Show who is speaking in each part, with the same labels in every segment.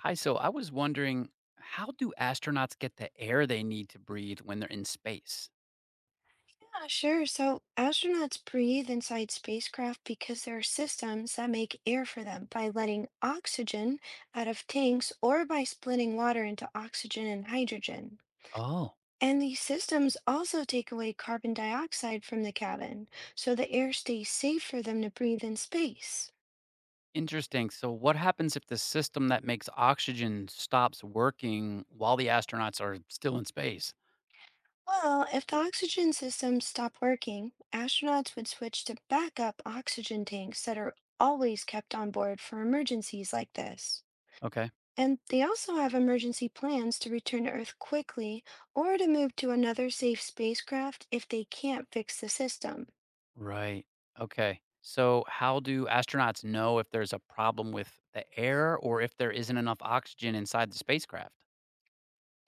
Speaker 1: Hi, so I was wondering, how do astronauts get the air they need to breathe when they're in space?
Speaker 2: Yeah, sure. So astronauts breathe inside spacecraft because there are systems that make air for them by letting oxygen out of tanks or by splitting water into oxygen and hydrogen.
Speaker 1: Oh.
Speaker 2: And these systems also take away carbon dioxide from the cabin, so the air stays safe for them to breathe in space.
Speaker 1: Interesting. So, what happens if the system that makes oxygen stops working while the astronauts are still in space?
Speaker 2: Well, if the oxygen systems stop working, astronauts would switch to backup oxygen tanks that are always kept on board for emergencies like this.
Speaker 1: Okay.
Speaker 2: And they also have emergency plans to return to Earth quickly or to move to another safe spacecraft if they can't fix the system.
Speaker 1: Right. Okay. So, how do astronauts know if there's a problem with the air or if there isn't enough oxygen inside the spacecraft?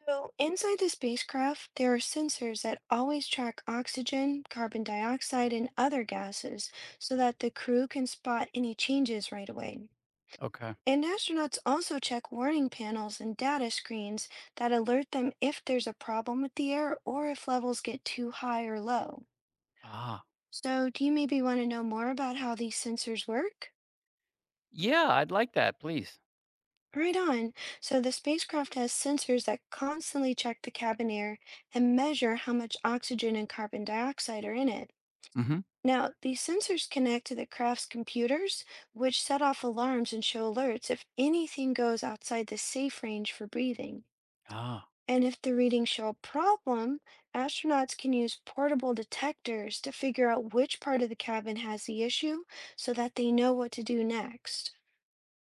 Speaker 2: So, inside the spacecraft, there are sensors that always track oxygen, carbon dioxide, and other gases so that the crew can spot any changes right away.
Speaker 1: Okay.
Speaker 2: And astronauts also check warning panels and data screens that alert them if there's a problem with the air or if levels get too high or low.
Speaker 1: Ah,
Speaker 2: So, do you maybe want to know more about how these sensors work?
Speaker 1: yeah, I'd like that, please.
Speaker 2: Right on. So, the spacecraft has sensors that constantly check the cabin air and measure how much oxygen and carbon dioxide are in it.
Speaker 1: Mm hmm.
Speaker 2: Now, these sensors connect to the craft's computers, which set off alarms and show alerts if anything goes outside the safe range for breathing.
Speaker 1: Ah.
Speaker 2: And if the readings show a problem, astronauts can use portable detectors to figure out which part of the cabin has the issue so that they know what to do next.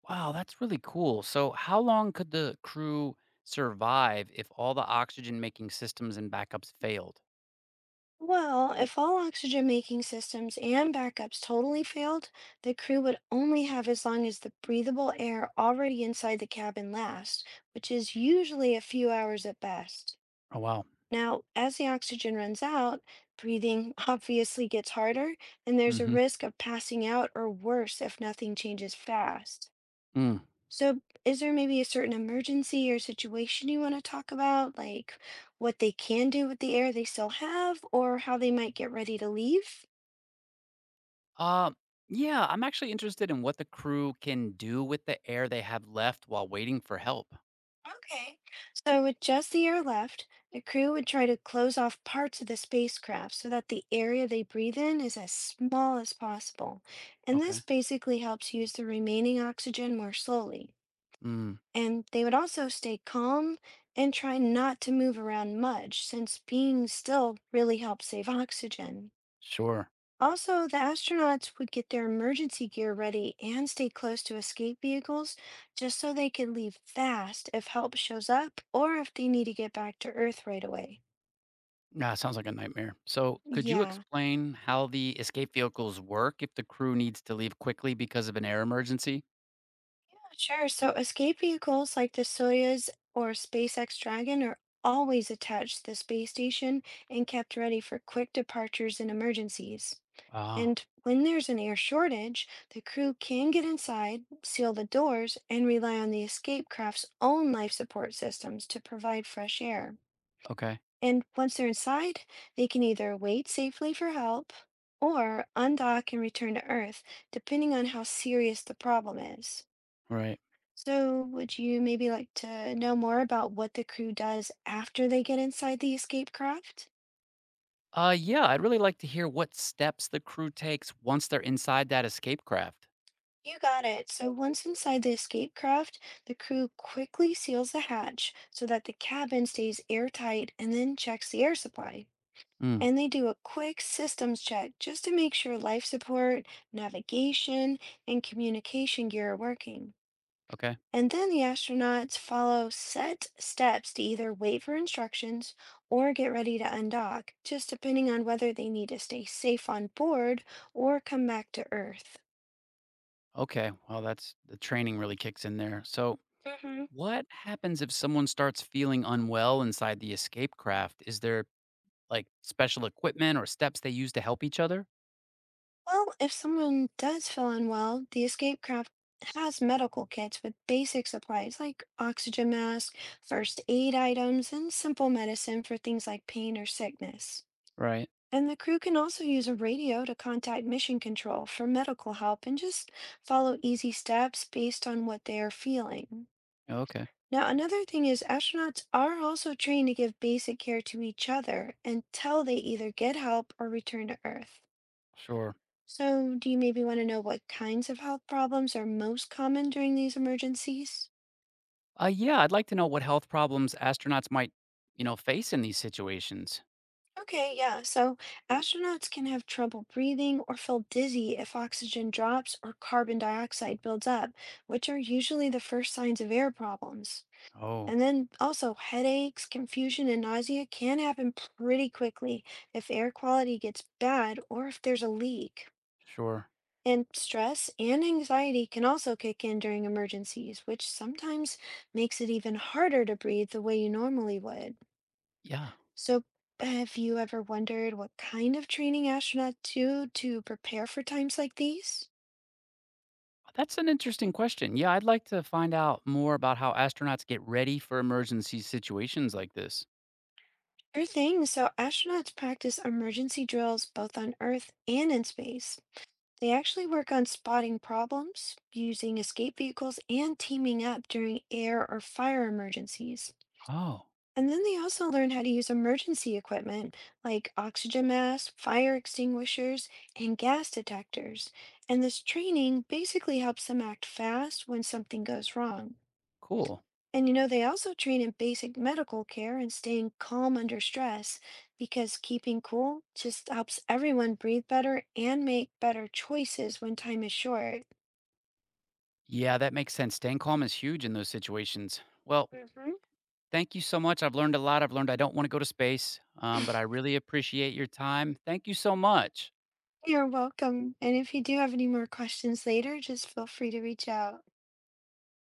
Speaker 1: Wow, that's really cool. So, how long could the crew survive if all the oxygen making systems and backups failed?
Speaker 2: Well, if all oxygen making systems and backups totally failed, the crew would only have as long as the breathable air already inside the cabin lasts, which is usually a few hours at best.
Speaker 1: Oh, wow.
Speaker 2: Now, as the oxygen runs out, breathing obviously gets harder, and there's a
Speaker 1: Hmm.
Speaker 2: risk of passing out or worse if nothing changes fast.
Speaker 1: Mm.
Speaker 2: So, is there maybe a certain emergency or situation you want to talk about, like what they can do with the air they still have, or how they might get ready to leave?
Speaker 1: Uh, yeah, I'm actually interested in what the crew can do with the air they have left while waiting for help.
Speaker 2: Okay. So, with just the air left, the crew would try to close off parts of the spacecraft so that the area they breathe in is as small as possible. And this
Speaker 1: Okay.
Speaker 2: basically helps use the remaining oxygen more slowly.
Speaker 1: Mm,
Speaker 2: And they would also stay calm and try not to move around much, since being still really helps save oxygen.
Speaker 1: sure.
Speaker 2: Also, the astronauts would get their emergency gear ready and stay close to escape vehicles just so they could leave fast if help shows up or if they need to get back to Earth right away.
Speaker 1: Nah, sounds like a nightmare. So, could you
Speaker 2: Yeah,
Speaker 1: explain how the escape vehicles work if the crew needs to leave quickly because of an air emergency?
Speaker 2: yeah, sure. So, escape vehicles like the Soyuz or SpaceX Dragon are always attached to the space station and kept ready for quick departures and emergencies.
Speaker 1: Ah,
Speaker 2: And when there's an air shortage, the crew can get inside, seal the doors, and rely on the escape craft's own life support systems to provide fresh air.
Speaker 1: okay.
Speaker 2: And once they're inside, they can either wait safely for help or undock and return to Earth, depending on how serious the problem is.
Speaker 1: Right.
Speaker 2: So, would you maybe like to know more about what the crew does after they get inside the escape craft?
Speaker 1: Yeah, I'd really like to hear what steps the crew takes once they're inside that escape craft.
Speaker 2: You got it. So once inside the escape craft, the crew quickly seals the hatch so that the cabin stays airtight and then checks the air supply.
Speaker 1: Mm,
Speaker 2: And they do a quick systems check just to make sure life support, navigation, and communication gear are working.
Speaker 1: okay.
Speaker 2: And then the astronauts follow set steps to either wait for instructions or get ready to undock, just depending on whether they need to stay safe on board or come back to Earth.
Speaker 1: Okay. Well, that's the training really kicks in there. So,
Speaker 2: Mhm.
Speaker 1: what happens if someone starts feeling unwell inside the escape craft? Is there like special equipment or steps they use to help each other?
Speaker 2: Well, if someone does feel unwell, the escape craft has medical kits with basic supplies like oxygen mask, first aid items, and simple medicine for things like pain or sickness.
Speaker 1: Right.
Speaker 2: And the crew can also use a radio to contact mission control for medical help and just follow easy steps based on what they are feeling.
Speaker 1: Okay.
Speaker 2: Now, another thing is astronauts are also trained to give basic care to each other until they either get help or return to Earth.
Speaker 1: Sure.
Speaker 2: So, do you maybe want to know what kinds of health problems are most common during these emergencies?
Speaker 1: Yeah, I'd like to know what health problems astronauts might, face in these situations.
Speaker 2: Okay, yeah. So, astronauts can have trouble breathing or feel dizzy if oxygen drops or carbon dioxide builds up, which are usually the first signs of air problems.
Speaker 1: Oh,
Speaker 2: And then also, headaches, confusion, and nausea can happen pretty quickly if air quality gets bad or if there's a leak.
Speaker 1: sure.
Speaker 2: And stress and anxiety can also kick in during emergencies, which sometimes makes it even harder to breathe the way you normally would.
Speaker 1: Yeah.
Speaker 2: So, have you ever wondered what kind of training astronauts do to prepare for times like these?
Speaker 1: That's an interesting question. Yeah, I'd like to find out more about how astronauts get ready for emergency situations like this.
Speaker 2: Sure thing. So, astronauts practice emergency drills both on Earth and in space. They actually work on spotting problems, using escape vehicles, and teaming up during air or fire emergencies.
Speaker 1: Oh,
Speaker 2: And then they also learn how to use emergency equipment like oxygen masks, fire extinguishers, and gas detectors. And this training basically helps them act fast when something goes wrong.
Speaker 1: cool.
Speaker 2: And you know, they also train in basic medical care and staying calm under stress because keeping cool just helps everyone breathe better and make better choices when time is short.
Speaker 1: Yeah, that makes sense. Staying calm is huge in those situations. Well,
Speaker 2: Mhm.
Speaker 1: thank you so much. I've learned a lot. I've learned I don't want to go to space, but I really appreciate your time. Thank you so much.
Speaker 2: You're welcome. And if you do have any more questions later, just feel free to reach out.